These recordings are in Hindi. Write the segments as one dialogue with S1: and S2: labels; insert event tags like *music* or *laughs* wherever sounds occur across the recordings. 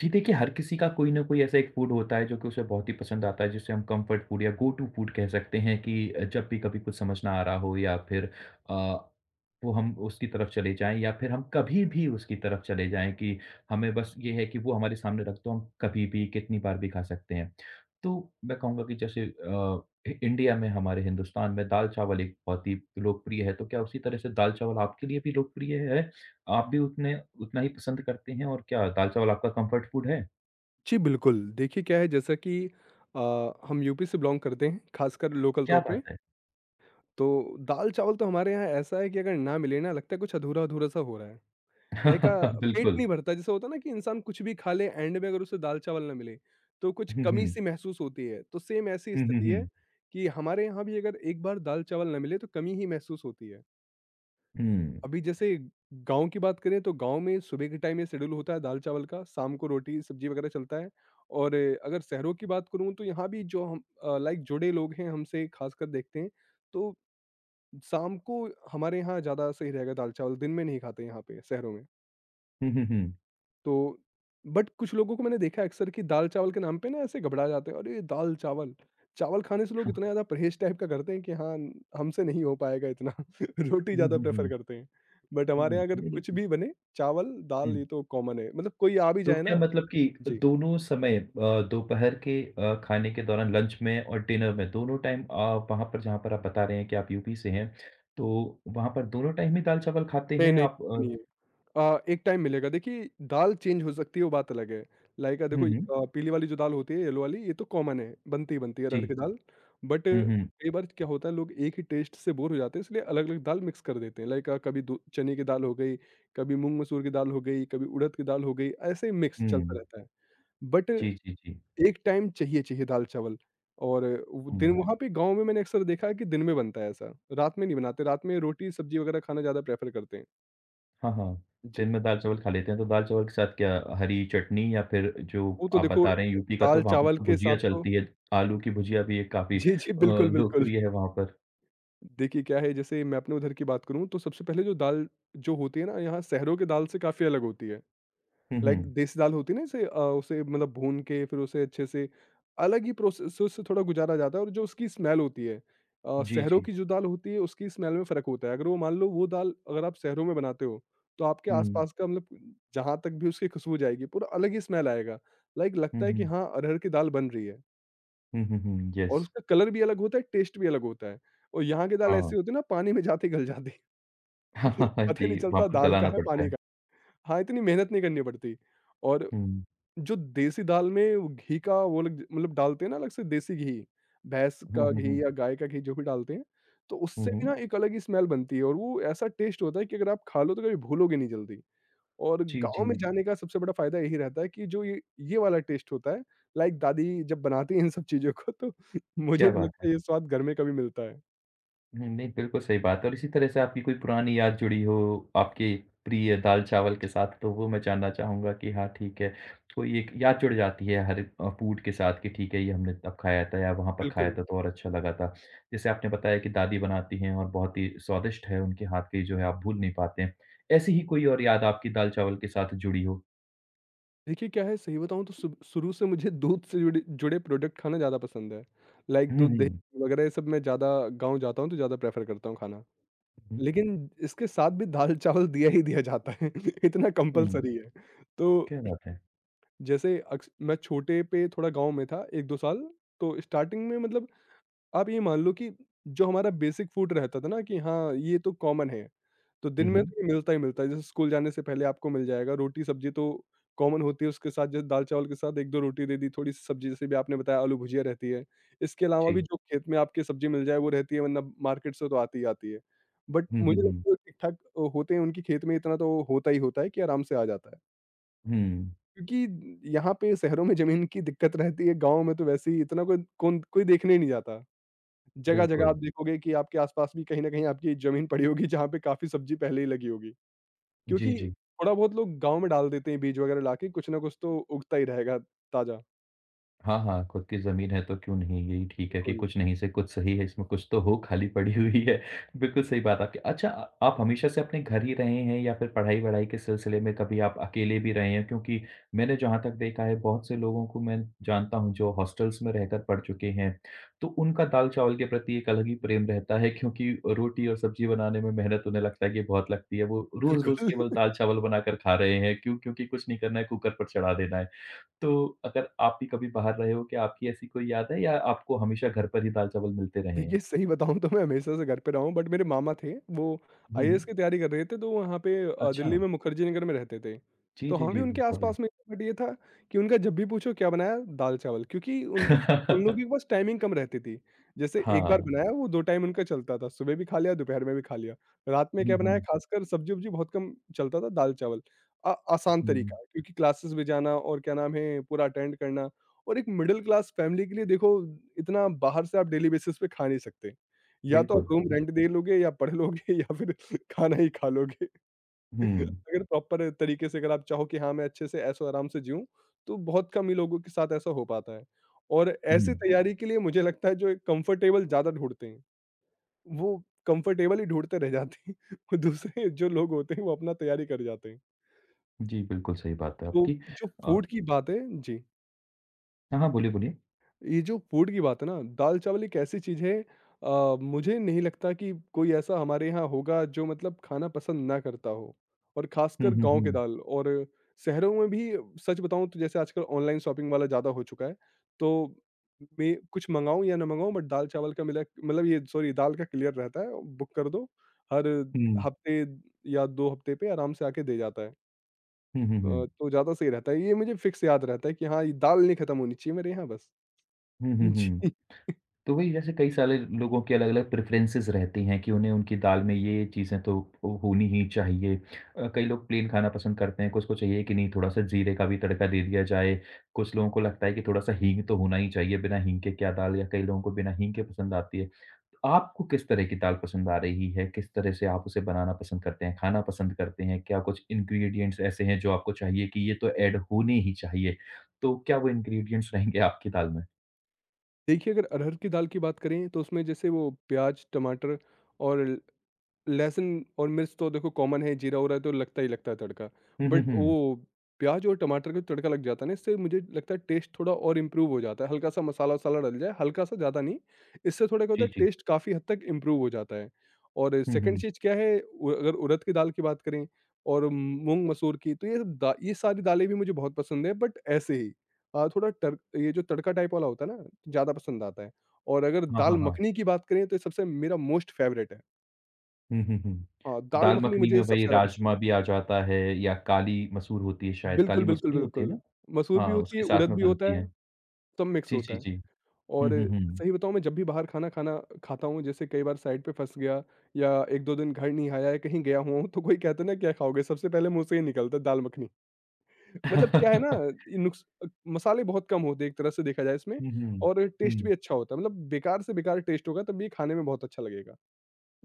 S1: जी, देखिए हर किसी का कोई ना कोई ऐसा एक फूड होता है जो कि उसे बहुत ही पसंद आता है जिसे हम कंफर्ट फूड या गो टू फूड कह सकते हैं कि जब भी कभी कुछ समझ ना आ रहा हो या फिर अ, वो हम उसकी तरफ चले जाएं या फिर हम कभी भी उसकी तरफ चले जाएं कि हमें बस ये है कि वो हमारे सामने रख दो हम कभी भी कितनी बार भी खा सकते हैं। तो मैं कहूँगा कि जैसे इंडिया में हमारे हिंदुस्तान में दाल चावल एक बहुत ही लोकप्रिय है। तो क्या उसी तरह से दाल चावल आपके लिए भी लोकप्रिय है? आप भी उतने उतना ही पसंद करते हैं और क्या दाल-चावल आपका कम्फर्ट फूड है?
S2: जी, बिल्कुल। देखिए क्या है जैसा कि अ, हम यूपी से बिलॉन्ग करते हैं, ख़ासकर लोकल
S1: क्या
S2: तौर
S1: बात
S2: पे,
S1: है!
S2: तो दाल-चावल तो हमारे यहाँ ऐसा है कि अगर ना मिले ना लगता है कुछ अधूरा-अधूरा सा हो रहा है। लाइक
S1: *laughs*
S2: पेट
S1: बिल्कुल।
S2: नहीं भरता जैसे होता है ना कि इंसान कुछ भी खा ले एंड में अगर उसे दाल-चावल ना मिले, तो कुछ
S1: हुँ,
S2: कमी
S1: हुँ।
S2: सी महसूस होती है। तो सेम ऐसी
S1: हुँ, हुँ,
S2: स्थिति है
S1: हुँ।
S2: कि हमारे यहाँ भी अगर एक बार दाल-चावल ना मिले तो कमी ही महसूस होती है।
S1: हुँ।
S2: अभी जैसे गाँव की बात करें तो गाँव में सुबह के टाइम ये शेड्यूल होता है दाल चावल का, शाम को रोटी सब्जी वगैरह चलता है और अगर शहरों की बात करूँ तो यहाँ भी जो हम लाइक जुड़े लोग हैं हमसे खासकर देखते हैं, तो शाम को हमारे यहाँ ज़्यादा सही रहेगा दाल चावल, दिन में नहीं खाते यहाँ पे शहरों में।
S1: हुँ, हुँ, हुँ।
S2: तो बट कुछ लोगों को मैंने देखा है अक्सर कि दाल-चावल के नाम पे ना ऐसे घबरा जाते हैं, अरे! दाल-चावल, चावल चावल खाने से लोग इतना ज़्यादा परहेज़ टाइप का करते हैं कि हाँ, हमसे नहीं हो पाएगा इतना, *laughs* रोटी
S1: हुँ,
S2: ज़्यादा
S1: हुँ,
S2: प्रेफ़र
S1: हुँ।
S2: करते हैं। बट हमारे
S1: हुँ,
S2: यहाँ अगर
S1: नहीं
S2: कुछ
S1: लेकिन।
S2: भी बने, चावल, दाल
S1: हुँ।
S2: ये तो कॉमन है, मतलब कोई आ भी
S1: तो
S2: जाए
S1: क्या
S2: ना
S1: मतलब कि
S2: जी।
S1: दोनों समय दोपहर के खाने के दौरान लंच में और डिनर में दोनों टाइम आप वहाँ पर जहाँ पर आप बता रहे हैं कि आप यूपी से हैं, तो वहाँ पर दोनों टाइम ही दाल-चावल खाते
S2: नहीं,
S1: हैं
S2: नहीं,
S1: आप?
S2: नहीं है। एक टाइम मिलेगा देखिए दाल चेंज हो सकती है वो बात अलग है। लाइक
S1: हुँ,
S2: देखो
S1: हुँ।
S2: पीली वाली जो दाल होती है येलो वाली ये तो कॉमन है, बनती ही बनती है अरहर
S1: जी।
S2: की दाल। बट
S1: हुँ, हुँ।
S2: कई बार क्या होता है लोग एक ही टेस्ट से बोर हो जाते हैं इसलिए अलग-अलग दाल मिक्स कर देते हैं। लाइक कभी दो चने की दाल हो गई, कभी मूँग मसूर की दाल हो गई, कभी उड़द की दाल हो गई, ऐसे ही मिक्स चलता
S1: हुँ।
S2: रहता है। बट
S1: जी, जी, जी।
S2: एक टाइम चाहिए चाहिए दाल चावल और वो दिन
S1: हुँ।
S2: वहाँ पे गाँव में मैंने अक्सर देखा है कि दिन में बनता है ऐसा, रात में नहीं बनाते, रात में रोटी सब्जी वगैरह खाना ज़्यादा प्रेफ़र करते हैं।
S1: हाँ, हाँ। दिन
S2: जी।
S1: में दाल-चावल खा लेते हैं, तो दाल-चावल के साथ क्या हरी चटनी या फिर जो
S2: वो तो
S1: आप
S2: देखो
S1: बता रहे हैं यूपी का तो वहाँ पर
S2: दाल-चावल
S1: तो
S2: के
S1: भुजिया
S2: साथ तो
S1: चलती है, आलू की भुजिया भी एक काफ़ी
S2: जी, जी, बिल्कुल, बिल्कुल।
S1: लोकप्रिय है वहाँ पर।
S2: देखिए क्या है जैसे मैं अपने उधर की बात करूँ तो सबसे पहले जो दाल जो होती है ना यहाँ शहरों की दाल से काफ़ी अलग होती है।
S1: हुँ,
S2: लाइक
S1: हुँ।
S2: देसी दाल होती है ना उसे मतलब भून के फिर उसे अच्छे से अलग ही प्रोसेस से उससे थोड़ा गुजारा जाता है और जो उसकी स्मेल होती है
S1: जी,
S2: शहरों
S1: जी।
S2: की जो दाल होती है उसकी स्मेल में फ़र्क होता है। अगर वो मान लो वो दाल अगर आप शहरों में बनाते हो तो आपके
S1: हुँ,
S2: आस-पास का मतलब जहाँ तक भी उसकी खुशबू जाएगी पूरा अलग ही स्मेल आएगा। लाइक
S1: हुँ,
S2: लगता है कि
S1: हुँ।
S2: हाँ, अरहर की दाल बन रही है।
S1: हुँ, हुँ, हुँ।
S2: और
S1: येस।
S2: उसका कलर भी अलग होता है, टेस्ट भी अलग होता है। और यहाँ की दाल
S1: हाँ।
S2: ऐसी होती है ना पानी में जाते ही गल जाती है। *laughs*
S1: *laughs*
S2: पता ही नहीं
S1: जी, वहाँ
S2: चलता
S1: पर
S2: दाल का
S1: गलाना
S2: है
S1: पड़ता है।
S2: पानी का। हाँ, इतनी मेहनत नहीं करनी पड़ती। और
S1: हुँ।
S2: जो देसी दाल में वो घी का वो लोग मतलब डालते हैं ना अलग से देसी घी, भैंस
S1: हुँ,
S2: का
S1: हुँ,
S2: घी
S1: हुँ।
S2: या गाय का घी जो भी डालते हैं, तो
S1: हुँ,
S2: उससे भी
S1: हुँ।
S2: ना एक अलग ही स्मेल बनती है और वो ऐसा टेस्ट होता है कि अगर आप खा लो तो कभी भूलोगे नहीं जल्दी। और
S1: जी, जी।
S2: गाँव में जाने का सबसे बड़ा फ़ायदा यही रहता है कि जो ये वाला टेस्ट होता है, लाइक दादी जब बनाती हैं इन सब चीज़ों को तो *laughs* मुझे
S1: क्या
S2: नहीं
S1: बात है!
S2: लगता ये स्वाद घर में कभी मिलता है।
S1: नहीं, नहीं, बिल्कुल सही बात है और इसी तरह से आपकी कोई पुरानी याद जुड़ी हो आपके प्रिय दाल-चावल के साथ, तो वो मैं जानना चाहूँगा कि हाँ, ठीक है, कोई एक याद जुड़ जाती है हर फूड के साथ कि ठीक है, ये हमने तब खाया था या वहाँ पर खाया
S2: बिल्कुल।
S1: था तो और अच्छा लगा था। जैसे आपने बताया कि दादी बनाती हैं और बहुत ही स्वादिष्ट है, उनके हाथ की जो है आप भूल नहीं पाते हैं। ऐसी ही कोई और याद आपकी दाल-चावल के साथ जुड़ी हो?
S2: देखिए क्या है सही बताऊँ तो शुरू शुरू से मुझे दूध से जुड़े जुड़े प्रोडक्ट खाना ज़्यादा पसंद है। लाइक
S1: हुँ,
S2: दूध,
S1: हुँ,
S2: दही वगैरह ये सब मैं ज़्यादा गाँव जाता हूँ तो ज़्यादा प्रेफ़र करता हूँ खाना।
S1: हुँ,
S2: लेकिन इसके साथ भी दाल-चावल दिया ही दिया जाता है *laughs* इतना
S1: हुँ,
S2: कंपल्सरी है। तो
S1: क्या बात है!
S2: जैसे अक्स मैं छोटे पे थोड़ा गाँव में था 1-2 साल, तो स्टार्टिंग में मतलब आप ये मान लो कि जो हमारा बेसिक फूड रहता था ना कि हाँ, ये तो कॉमन है, तो
S1: हुँ,
S2: दिन में
S1: हुँ,
S2: तो ये मिलता ही मिलता है। जैसे स्कूल जाने से पहले आपको मिल जाएगा, रोटी-सब्जी तो कॉमन होती है, उसके साथ जैसे दाल-चावल के साथ 1-2 रोटी दे दी, थोड़ी-सी सब्जी जैसे भी आपने बताया आलू-भुजिया रहती है। इसके अलावा
S1: जी।
S2: भी जो खेत में आपके सब्जी मिल जाए वो रहती है वरना मार्केट से तो आती ही आती है। बट
S1: हुँ, हुँ,
S2: मुझे लगता
S1: हुँ,
S2: है वो ठीक-ठाक होते हैं, उनके खेत में इतना तो होता ही होता है कि आराम से आ जाता है।
S1: हुँ,
S2: क्योंकि यहाँ पे शहरों में ज़मीन की दिक्कत रहती है, गाँव में तो वैसे ही इतना कोई देखने ही नहीं जाता। जगह-जगह
S1: बिल्कुल।
S2: आप देखोगे कि आपके आसपास भी कहीं न कहीं आपकी ज़मीन पड़ी होगी जहाँ पे काफ़ी सब्ज़ी पहले ही लगी होगी।
S1: जी,
S2: क्योंकि
S1: जी।
S2: थोड़ा बहुत लोग गाँव में डाल देते हैं बीज वगैरह लाके कुछ ना कुछ तो उगता ही रहेगा ताज़ा।
S1: हाँ, हाँ, खुद की ज़मीन है तो क्यों नहीं, यही ठीक है कि
S2: बिल्कुल।
S1: कुछ नहीं से कुछ सही है, इसमें कुछ तो हो, खाली पड़ी हुई है। *laughs* बिल्कुल सही बात आपकी। अच्छा आप हमेशा से अपने घर ही रहे हैं या फिर पढ़ाई-वढ़ाई के सिलसिले में कभी आप अकेले भी रहे हैं? क्योंकि मैंने जहाँ तक देखा है, बहुत से लोगों को मैं जानता हूँ जो हॉस्टल्स में रहकर पढ़ चुके हैं, तो उनका दाल-चावल के प्रति एक अलग ही प्रेम रहता है क्योंकि रोटी और सब्ज़ी बनाने में मेहनत उन्हें लगता है कि बहुत लगती है। वो रोज़-रोज़
S2: बिल्कुल।
S1: केवल दाल-चावल बनाकर खा रहे हैं, क्यों? क्योंकि कुछ नहीं करना है, कुकर पर चढ़ा देना है। तो अगर आप भी कभी बाहर रहे हो, क्या आपकी ऐसी कोई याद है या आपको हमेशा घर पर ही दाल-चावल मिलते रहे हैं?
S2: देखिए, सही बताऊँ तो मैं हमेशा से घर पे रहा हूँ बट मेरे मामा थे, वो
S1: हुँ, हुँ।
S2: आईएएस की तैयारी कर रहे थे तो वहाँ पे
S1: अच्छा।
S2: दिल्ली में मुखर्जी नगर में रहते थे।
S1: जी,
S2: तो
S1: जी,
S2: हम भी
S1: जी, बहुत
S2: उनके
S1: बढ़िया।
S2: आस-पास में ही बट ये था कि उनका जब भी पूछो क्या बनाया? दाल-चावल क्योंकि उनके पास उन लोगों के
S1: *laughs*
S2: पास टाइमिंग कम रहती थी। जैसे एक बार
S1: हाँ।
S2: बनाया वो 2 टाइम उनका चलता था, सुबह भी खा लिया, दोपहर में भी खा लिया। रात में
S1: हुँ,
S2: क्या बनाया
S1: हुँ,
S2: खासकर सब्ज़ी-वब्ज़ी बहुत कम चलता था दाल-चावल। आसान
S1: हुँ,
S2: तरीका है क्योंकि क्लासेस भी जाना और क्या नाम है पूरा अटेंड करना और एक मिडल क्लास फैमिली के लिए देखो इतना बाहर से आप डेली बेसिस पे खा नहीं सकते। या तो आप
S1: बिल्कुल।
S2: रूम रेंट दे लोगे या पढ़ लोगे *laughs* या फिर खाना ही खा लोगे। *laughs*
S1: हुँ,
S2: अगर प्रॉपर तरीके से अगर आप चाहो कि हाँ, मैं अच्छे से ऐशो-आराम से जिऊँ, तो बहुत कम ही लोगों के साथ ऐसा हो पाता है। और
S1: हुँ।
S2: ऐसी तैयारी के लिए मुझे लगता है जो कंफर्टेबल ज़्यादा ढूँढते हैं, वो कंफर्टेबल ही ढूँढते रह जाते हैं *laughs* और दूसरे जो लोग होते हैं वो अपना तैयारी कर जाते हैं।
S1: जी, बिल्कुल सही बात है
S2: तो
S1: आपकी।
S2: जो
S1: अ,
S2: फूड की बात है जी।
S1: हाँ, हाँ, बोलिए, बोलिए।
S2: ये जो फूड की बात है ना, दाल-चावल एक ऐसी चीज़ है मुझे नहीं लगता कि कोई ऐसा हमारे यहाँ होगा जो मतलब खाना पसंद ना करता हो और
S1: हुँ,
S2: ख़ासकर
S1: हुँ,
S2: गाँव के
S1: हुँ।
S2: दाल और शहरों में भी सच बताऊँ तो जैसे आजकल ऑनलाइन शॉपिंग वाला ज़्यादा हो चुका है, तो मैं कुछ मँगाऊँ या ना मँगाऊँ बट दाल-चावल का मिला मतलब ये सॉरी दाल का क्लियर रहता है, बुक कर दो, हर
S1: हुँ।
S2: हफ़्ते या 2 हफ़्ते पे आराम से आके दे जाता है।
S1: हुँ, हुँ, हुँ।
S2: अ, तो ज़्यादा सही रहता है, ये मुझे फिक्स याद रहता है कि हाँ, ये दाल नहीं खत्म होनी चाहिए मेरे यहाँ बस।
S1: हुँ, हुँ, हुँ।
S2: जी।
S1: तो वही जैसे कई सारे लोगों की अलग-अलग प्रेफ़रेंसेस रहती हैं कि उन्हें उनकी दाल में ये चीज़ें तो हो होनी ही चाहिए। कई लोग प्लेन खाना पसंद करते हैं, कुछ को चाहिए कि नहीं थोड़ा-सा जीरे का भी तड़का दे दिया जाए। कुछ लोगों को लगता है कि थोड़ा-सा हींग तो होना ही चाहिए, बिना हींग के क्या दाल या कई लोगों को बिना हींग के पसंद आती है। आपको किस तरह की दाल पसंद आ रही है? किस तरह से आप उसे बनाना पसंद करते हैं, खाना पसंद करते हैं? क्या कुछ इंग्रीडिएंट्स ऐसे हैं जो आपको चाहिए कि ये तो ऐड होने ही चाहिए? तो क्या वो इंग्रीडिएंट्स रहेंगे आपकी दाल में?
S2: देखिए, अगर अरहर की दाल की बात करें तो उसमें जैसे वो प्याज़, टमाटर और ल लहसुन और मिर्च तो देखो कॉमन है, जीरा-उरा तो लगता ही लगता है तड़का।
S1: हुँ, हुँ,
S2: बट
S1: हुँ।
S2: वो प्याज़ और टमाटर का तड़का लग जाता है ना, इससे मुझे लगता है टेस्ट थोड़ा और इम्प्रूव हो जाता है। हल्का-सा मसाला-वसाला डल जाए, हल्का-सा ज़्यादा नहीं, इससे थोड़ा क्या होता
S1: जी,
S2: है
S1: जी।
S2: टेस्ट काफ़ी हद तक इम्प्रूव हो जाता है। और
S1: हुँ,
S2: सेकंड
S1: हुँ।
S2: चीज़ क्या है उ अगर उड़द की दाल की बात करें और मूँग, मसूर की तो ये सारी दालें भी मुझे बहुत पसंद है बट ऐसे ही। थोड़ा टर ये जो तड़का टाइप वाला होता है ना, ज़्यादा पसंद आता है और अगर
S1: हाँ,
S2: दाल
S1: हाँ, हाँ।
S2: मखनी की बात करें तो ये सबसे मेरा मोस्ट फेवरेट है।
S1: हुँ, हुँ, हुँ। तो
S2: दाल
S1: दाल
S2: मखनी
S1: मखनी में
S2: मुझे सबसे
S1: वही
S2: ज़्यादा पसंद
S1: राजमा
S2: है।
S1: भी आ जाता है या काली मसूर होती है शायद, काली
S2: बिल्कुल, बिल्कुल,
S1: मसूर ही होती है
S2: बिल्कुल।
S1: ना?
S2: मसूर भी
S1: हाँ,
S2: होती है,
S1: उसके साथ
S2: उड़द
S1: में
S2: भी होता
S1: बनती
S2: है,
S1: है।
S2: सब मिक्स
S1: जी,
S2: होता
S1: जी,
S2: है
S1: जी। हुँ,
S2: और
S1: हुँ, हुँ।
S2: सही बताऊँ मैं जब भी बाहर खाना खाना खाता हूँ, जैसे कई बार साइट पे फँस गया या 1-2 दिन घर नहीं आया या कहीं गया हुआ हूँ, तो कोई कहता है ना क्या खाओगे? सबसे पहले मुँह से ही निकलता है दाल मखनी। मतलब क्या है ना
S1: *laughs*
S2: ये नुक्स मसाले बहुत कम होते हैं एक तरह से देखा जाए इसमें।
S1: हुँ, हुँ,
S2: और टेस्ट
S1: हुँ।
S2: भी
S1: *laughs*
S2: अच्छा होता है, मतलब बेकार से बेकार टेस्ट होगा तब भी ये खाने में बहुत अच्छा लगेगा।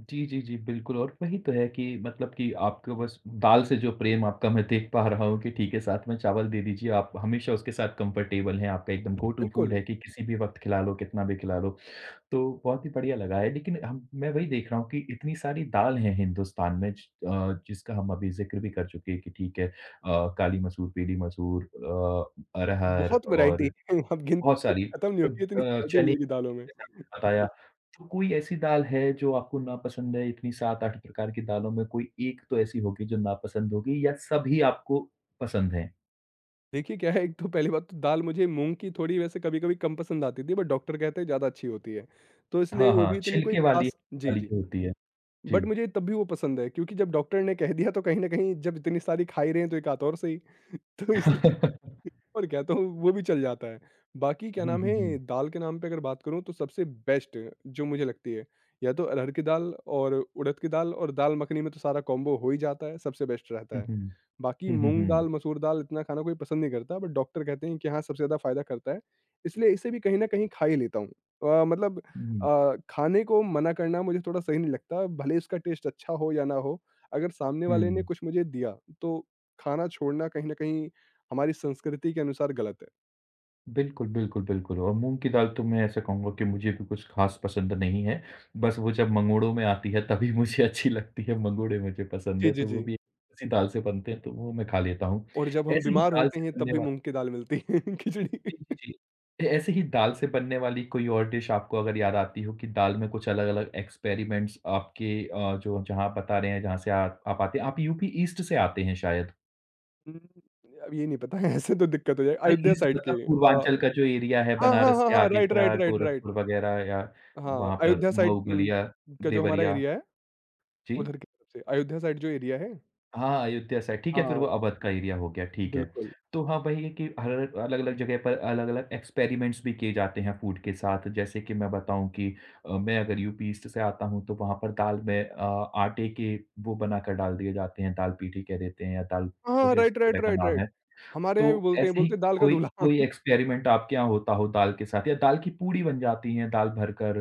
S1: जी, जी, जी, बिल्कुल और वही तो है कि मतलब कि आपको बस दाल से जो प्रेम आपका मैं देख पा रहा हूँ कि ठीक है, साथ में चावल दे दीजिए, आप हमेशा उसके साथ कम्फ़र्टेबल हैं, आपका एकदम गो टू फूड
S2: बिल्कुल,
S1: है कि किसी भी वक़्त खिला लो, कितना भी खिला लो। तो बहुत ही बढ़िया लगा है, लेकिन हम मैं वही देख रहा हूँ कि इतनी सारी दाल हैं हिंदुस्तान में जिसका हम अभी ज़िक्र भी कर चुके हैं कि ठीक है काली मसूर, पीली मसूर अरहर
S2: बहुत वैरायटी
S1: और
S2: है। *laughs* आप
S1: बहुत
S2: गिनती
S1: सारी
S2: खत्म नहीं होगी, इतनी वैरायटी
S1: चने
S2: मिलेगी दालों में।
S1: जैसे आपने बताया। तो कोई ऐसी दाल है जो आपको नापसंद है इतनी 7-8 प्रकार की दालों में कोई एक तो ऐसी होगी जो नापसंद होगी या सभी आपको पसंद हैं?
S2: देखिए क्या है, एक तो पहली बात तो दाल मुझे मूँग की थोड़ी वैसे कभी-कभी कम पसंद आती थी, बट डॉक्टर कहते हैं ज़्यादा अच्छी होती है। तो इसलिए
S1: हाँ,
S2: वो भी
S1: हाँ,
S2: इतनी कोई
S1: छिलके वाली
S2: खास जी,
S1: वाली
S2: जी।
S1: जो होती है। जी।
S2: बट मुझे तब भी वो पसंद है, क्योंकि जब डॉक्टर ने कह दिया तो कहीं न कहीं, जब इतनी सारी खा ही रहे हैं तो एक आध और सही। *laughs* तो
S1: *laughs*
S2: इसलिए
S1: हुँ,
S2: और क्या, तो वो भी चल जाता है। बाकी क्या
S1: हुँ,
S2: नाम
S1: हुँ।
S2: है, दाल के नाम पे अगर बात करूँ तो सबसे बेस्ट जो मुझे लगती है, या तो अरहर की दाल और उड़द की दाल, और दाल मखनी में तो सारा कॉम्बो हो ही जाता है, सबसे बेस्ट रहता
S1: हुँ,
S2: है।
S1: हुँ।
S2: बाकी
S1: हुँ, हुँ,
S2: मूँग
S1: हुँ।
S2: दाल, मसूर दाल इतना खाना कोई पसंद नहीं करता, बट डॉक्टर कहते हैं कि हाँ, सबसे ज़्यादा फ़ायदा करता है, इसलिए इसे भी कहीं न कहीं खा ही लेता हूँ। अ, मतलब
S1: हुँ।
S2: खाने को मना करना मुझे थोड़ा सही नहीं लगता, भले इसका टेस्ट अच्छा हो या ना हो, अगर सामने वाले ने
S1: हुँ।
S2: कुछ मुझे दिया, तो खाना छोड़ना कहीं न कहीं हमारी संस्कृति के अनुसार गलत है।
S1: बिल्कुल, बिल्कुल, बिल्कुल और मूँग की दाल तो मैं ऐसा कहूँगा कि मुझे भी कुछ ख़ास पसंद नहीं है। बस वो जब मंगोड़ों में आती है तभी मुझे *laughs* अच्छी लगती है, मंगोड़े मुझे पसंद
S2: जी,
S1: है
S2: जी,
S1: तो
S2: जी।
S1: वो भी उसी दाल से बनते हैं तो वो मैं खा लेता हूँ।
S2: और जब हम
S1: ऐसे ही
S2: बीमार
S1: दाल
S2: होते
S1: से
S2: हैं तब
S1: बनने
S2: भी
S1: वा
S2: मूँग की दाल मिलती है, *laughs* खिचड़ी।
S1: जी, जी, जी। ए ऐसे ही दाल से बनने वाली कोई और डिश आपको अगर याद आती हो कि दाल में कुछ अलग-अलग एक्सपेरिमेंट्स आपके जो जहाँ आप बता रहे हैं जहाँ से आप आते हैं आप यूपी ईस्ट से आते हैं शायद?
S2: हुँ, अब ये नहीं पता है, ऐसे तो दिक्कत हो जाए
S1: अरे,
S2: अयोध्या
S1: ईस्ट
S2: साइड के
S1: मतलब पूर्वांचल का जो एरिया है,
S2: हाँ, हाँ,
S1: बनारस
S2: हाँ,
S1: के
S2: हाँ,
S1: आगे
S2: राइट,
S1: का
S2: राइट, राइट,
S1: गोरखपुर
S2: राइट।
S1: वगैरह या
S2: हाँ,
S1: वहाँ पर
S2: अयोध्या साइड
S1: मऊ, बलिया,
S2: का जो हमारा
S1: देवरिया।
S2: एरिया है,
S1: जी?
S2: उधर की तरफ से, अयोध्या साइड जो एरिया है।
S1: हाँ, अयोध्या साइड ठीक है, फिर वो
S2: हाँ,
S1: अवध का एरिया हो गया, ठीक है।
S2: बिल्कुल।
S1: तो हाँ, वही है कि हर अलग-अलग जगह पर अलग-अलग एक्सपेरिमेंट्स भी किए जाते हैं फूड के साथ। जैसे कि मैं बताऊँ कि मैं अगर यूपी ईस्ट से आता हूँ, तो वहाँ पर दाल में आटे के वो बनाकर डाल दिए जाते हैं, दाल पीठी कह देते हैं या दाल कुछ
S2: हाँ,
S1: इस
S2: राइट,
S1: तरह
S2: राइट,
S1: का
S2: राइट,
S1: नाम
S2: राइट।
S1: है।
S2: हमारे
S1: तो
S2: यहाँ भी
S1: ऐसे
S2: बोलते
S1: ही
S2: हैं दाल का
S1: कोई
S2: दूल्हा।
S1: कोई
S2: *laughs*
S1: एक्सपेरिमेंट आपके यहाँ होता हो दाल के साथ या दाल की पूड़ी बन जाती है दाल भरकर,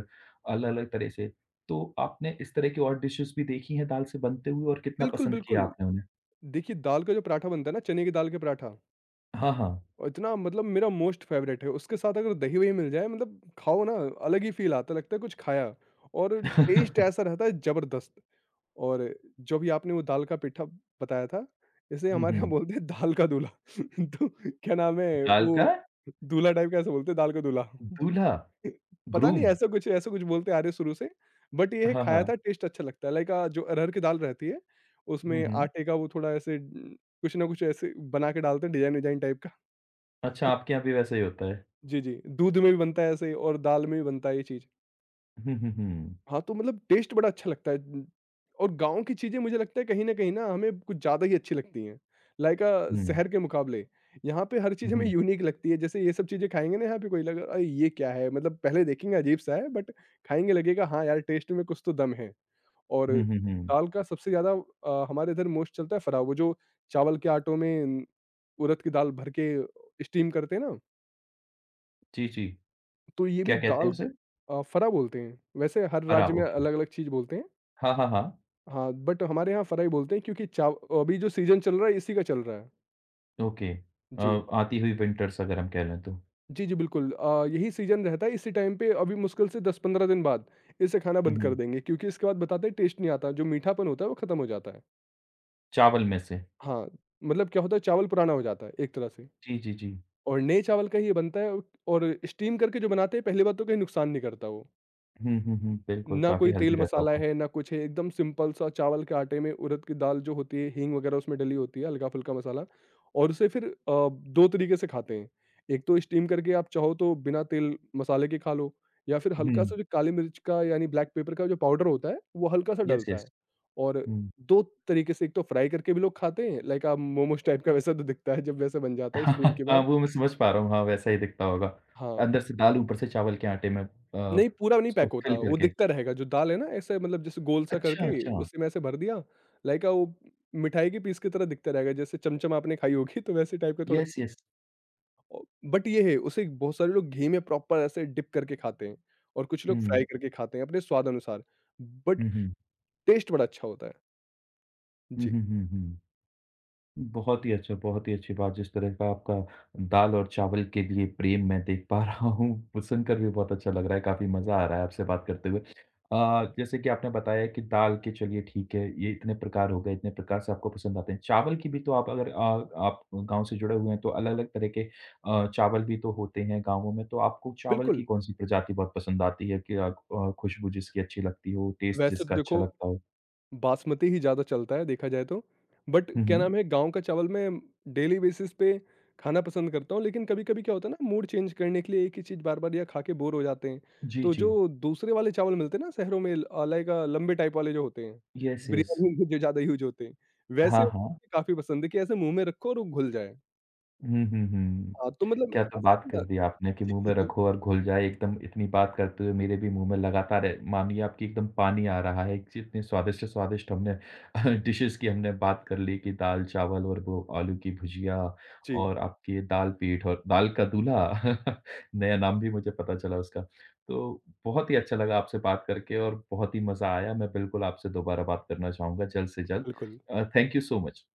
S1: अलग-अलग तरह से। तो आपने इस तरह की और डिशेज़ भी देखी हैं दाल से बनते हुए और कितना
S2: बिल्कुल,
S1: पसंद किया
S2: बिल्कुल।
S1: आपने उन्हें?
S2: देखिए, दाल का जो पराठा बनता है ना, चने की दाल का पराठा,
S1: हाँ, हाँ।
S2: और इतना मतलब मेरा मोस्ट फेवरेट है। उसके साथ अगर दही-वही मिल जाए, मतलब खाओ ना, अलग ही फ़ील आता है, लगता है कुछ खाया और टेस्ट ऐसा
S1: *laughs*
S2: रहता है ज़बरदस्त। और जो भी आपने वो दाल का पिट्ठा बताया था, इसे
S1: हुँ,
S2: हमारे यहाँ
S1: हुँ।
S2: बोलते हैं दाल का दूल्हा। *laughs* तो क्या नाम है
S1: दाल
S2: वो,
S1: का
S2: दूल्हा टाइप का ऐसे बोलते हैं, दाल का दूल्हा। *laughs*
S1: दूल्हा,
S2: पता नहीं,
S1: ग्रूम।
S2: ऐसा कुछ बोलते आ रहे हैं शुरू से, बट ये है
S1: हाँ,
S2: खाया
S1: हाँ।
S2: था, टेस्ट अच्छा लगता है। लाइक जो अरहर की दाल रहती है,
S1: हुँ,
S2: उसमें
S1: हुँ।
S2: आटे का वो थोड़ा ऐसे कुछ ना कुछ ऐसे बना के डालते हैं, डिज़ाइन विज़ाइन टाइप का।
S1: अच्छा आपके यहाँ भी वैसा ही होता है।
S2: जी, जी। दूध में भी बनता है ऐसे, और दाल में भी बनता है ये चीज़।
S1: हुँ, हुँ, हुँ।
S2: हाँ, तो मतलब टेस्ट बड़ा अच्छा लगता है। और गाँव की चीज़ें मुझे लगता है कहीं न कहीं ना हमें कुछ ज़्यादा ही अच्छी लगती हैं। लाइक
S1: हुँ,
S2: शहर के मुकाबले यहाँ पे हर
S1: हुँ,
S2: चीज़ हमें
S1: हुँ।
S2: यूनिक लगती है। जैसे ये सब चीज़ें खाएँगे ना, यहाँ पे कोई लगेगा, अरे! ये क्या है? मतलब पहले देखेंगे अजीब-सा है, बट खाएँगे लगेगा हाँ यार, टेस्ट में कुछ तो दम है। और
S1: हुँ, हुँ, हुँ।
S2: दाल का सबसे ज़्यादा हमारे इधर मोस्ट चलता है फ़राव, वो जो चावल के आटों में न, उड़द की दाल भर के स्टीम करते हैं ना,
S1: जी, जी।
S2: तो ये
S1: क्या
S2: भी
S1: कहते हैं
S2: दाल
S1: उसे?
S2: फ़रा बोलते हैं। वैसे हर
S1: परा
S2: राज्य में
S1: ओके।
S2: अलग-अलग चीज़ बोलते हैं।
S1: हाँ, हाँ, हाँ।
S2: हाँ, बट हमारे यहाँ फ़राई बोलते हैं, क्योंकि चाव अभी जो सीज़न चल रहा है इसी का चल रहा है।
S1: ओके। अ,
S2: जी।
S1: आती हुई विंटर्स अगर हम कह लें तो।
S2: जी, जी, बिल्कुल। यही सीज़न रहता है, इसी टाइम पे अभी मुश्किल से 10-15 दिन बाद इसे खाना
S1: हुँ,
S2: बंद कर
S1: हुँ।
S2: देंगे, क्योंकि इसके बाद बताते हैं टेस्ट नहीं आता, जो मीठापन होता है वो खत्म हो जाता है।
S1: चावल में से।
S2: हाँ, मतलब क्या होता है चावल पुराना हो जाता है एक तरह से,
S1: जी, जी, जी।
S2: और नए चावल का ही ये बनता है। और स्टीम करके जो बनाते हैं पहली बात तो कहीं नुकसान नहीं करता वो।
S1: हुँ, हुँ, हुँ। बिल्कुल,
S2: ना
S1: काफ़ी
S2: कोई
S1: हेल्दी
S2: तेल
S1: रहता
S2: मसाला
S1: होगा।
S2: है, ना कुछ है, एकदम सिंपल सा चावल के आटे में उड़द की दाल जो होती है, हींग वगैरह उसमें डली होती है, हल्का-फुल्का मसाला, और उसे फिर 2 तरीके से खाते हैं। एक तो स्टीम करके आप चाहो तो बिना तेल मसाले के खा लो, या फिर हल्का
S1: हुँ।
S2: सा जो काली मिर्च का यानी ब्लैक पेपर का जो पाउडर होता है, वो हल्का सा
S1: यस,
S2: डलता
S1: यस।
S2: है, और
S1: हुँ।
S2: 2 तरीके से, एक तो फ्राई करके भी लोग खाते हैं, लाइक आप मोमोज़ टाइप का वैसा तो दिखता है जब वैसा बन जाता है स्टीम
S1: *laughs*
S2: के
S1: हाँ,
S2: बाद।
S1: वो मैं समझ पा रहा हूँ। हाँ, वैसा ही दिखता होगा।
S2: हाँ।
S1: अंदर से दाल, ऊपर से चावल के आटे में
S2: नहीं, पूरा नहीं
S1: उसको
S2: पैक होता,
S1: फ़िल
S2: वो
S1: करके।
S2: दिखता रहेगा जो दाल है ना, ऐसे मतलब जैसे गोल-सा
S1: अच्छा,
S2: करके
S1: अच्छा।
S2: उसी में ऐसे भर दिया, लाइक वो मिठाई के पीस की तरह दिखता रहेगा, जैसे चमचम आपने खाई होगी तो वैसे टाइप का थोड़ा
S1: यस, यस।
S2: औ बट ये है उसे बहुत सारे लोग घी में प्रॉपर ऐसे डिप करके खाते हैं, और कुछ
S1: हुँ।
S2: लोग फ्राई करके खाते हैं अपने स्वाद अनुसार, बट
S1: हुँ, हुँ।
S2: टेस्ट बड़ा अच्छा होता है।
S1: हुँ,
S2: जी,
S1: हुँ, हुँ, हुँ। बहुत ही अच्छा, बहुत ही अच्छी बात। जिस तरह का आपका दाल और चावल के लिए प्रेम मैं देख पा *laughs* रहा हूँ, वो सुनकर भी बहुत अच्छा लग रहा है, काफ़ी मज़ा आ रहा है आपसे बात करते हुए। जैसे कि आपने बताया कि दाल के चलिए ठीक है, ये इतने प्रकार हो गए, इतने प्रकार से आपको पसंद आते हैं। चावल की भी तो आप अगर आप गाँव से जुड़े हुए हैं, तो अलग-अलग तरह के चावल भी तो होते हैं गाँवों में, तो आपको चावल की
S2: बिल्कुल,
S1: कौन-सी प्रजाति बहुत पसंद आती है कि आप खुशबू जिसकी अच्छी लगती हो, टेस्ट
S2: वैसे तो
S1: जिसका अच्छा
S2: देखो
S1: लगता हो?
S2: बासमती ही ज़्यादा चलता है देखा जाए तो। बट
S1: हुँ,
S2: क्या
S1: हुँ।
S2: नाम है, गाँव का चावल मैं डेली बेसिस पे खाना पसंद करता हूँ, लेकिन कभी-कभी क्या होता है ना, मूड चेंज करने के लिए एक ही चीज़ बार-बार या खा के बोर हो जाते हैं।
S1: जी,
S2: तो
S1: जी।
S2: जो दूसरे वाले चावल मिलते हैं ना शहरों में, अ, लाइक लंबे टाइप वाले जो होते हैं,
S1: यस, यस।
S2: बिरयानी में जो ज़्यादा यूज़ होते हैं, वैसे
S1: हाँ, हाँ।
S2: मुझे काफ़ी पसंद है कि ऐसे मुँह में रखो और वो घुल जाए।
S1: हुँ, हुँ, हुँ।
S2: हाँ, तो मतलब
S1: क्या तो
S2: ऐसा
S1: बात
S2: है
S1: कर दी
S2: ना।
S1: आपने कि मुँह में रखो
S2: *laughs*
S1: और घुल जाए एकदम इतनी बात करते हुए मेरे भी मुँह में लगातार है मानिए आपकी एकदम पानी आ रहा है, जितनी स्वादिष्ट से स्वादिष्ट हमने *laughs* डिशेज़ की हमने बात कर ली कि दाल-चावल और वो आलू की भुजिया
S2: जी,
S1: और आपकी दाल-पीठ और दाल का दूल्हा *laughs* नया नाम भी मुझे पता चला उसका। तो बहुत ही अच्छा लगा आपसे बात करके और बहुत ही मज़ा आया। मैं बिल्कुल आपसे दोबारा बात करना चाहूँगा जल्द से जल्द।
S2: बिल्कुल।
S1: Thank you so much.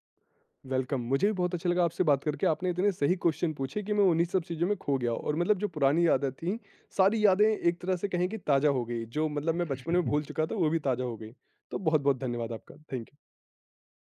S2: Welcome. मुझे भी बहुत अच्छा लगा आपसे बात करके। आपने इतने सही क्वेश्चन पूछे कि मैं उन्हीं सब चीज़ों में खो गया, और मतलब जो पुरानी यादें थीं, सारी यादें एक तरह से कहें कि ताज़ा हो गई। जो मतलब मैं बचपन में भूल चुका था, वो भी ताज़ा हो गई। तो बहुत-बहुत धन्यवाद आपका। Thank you.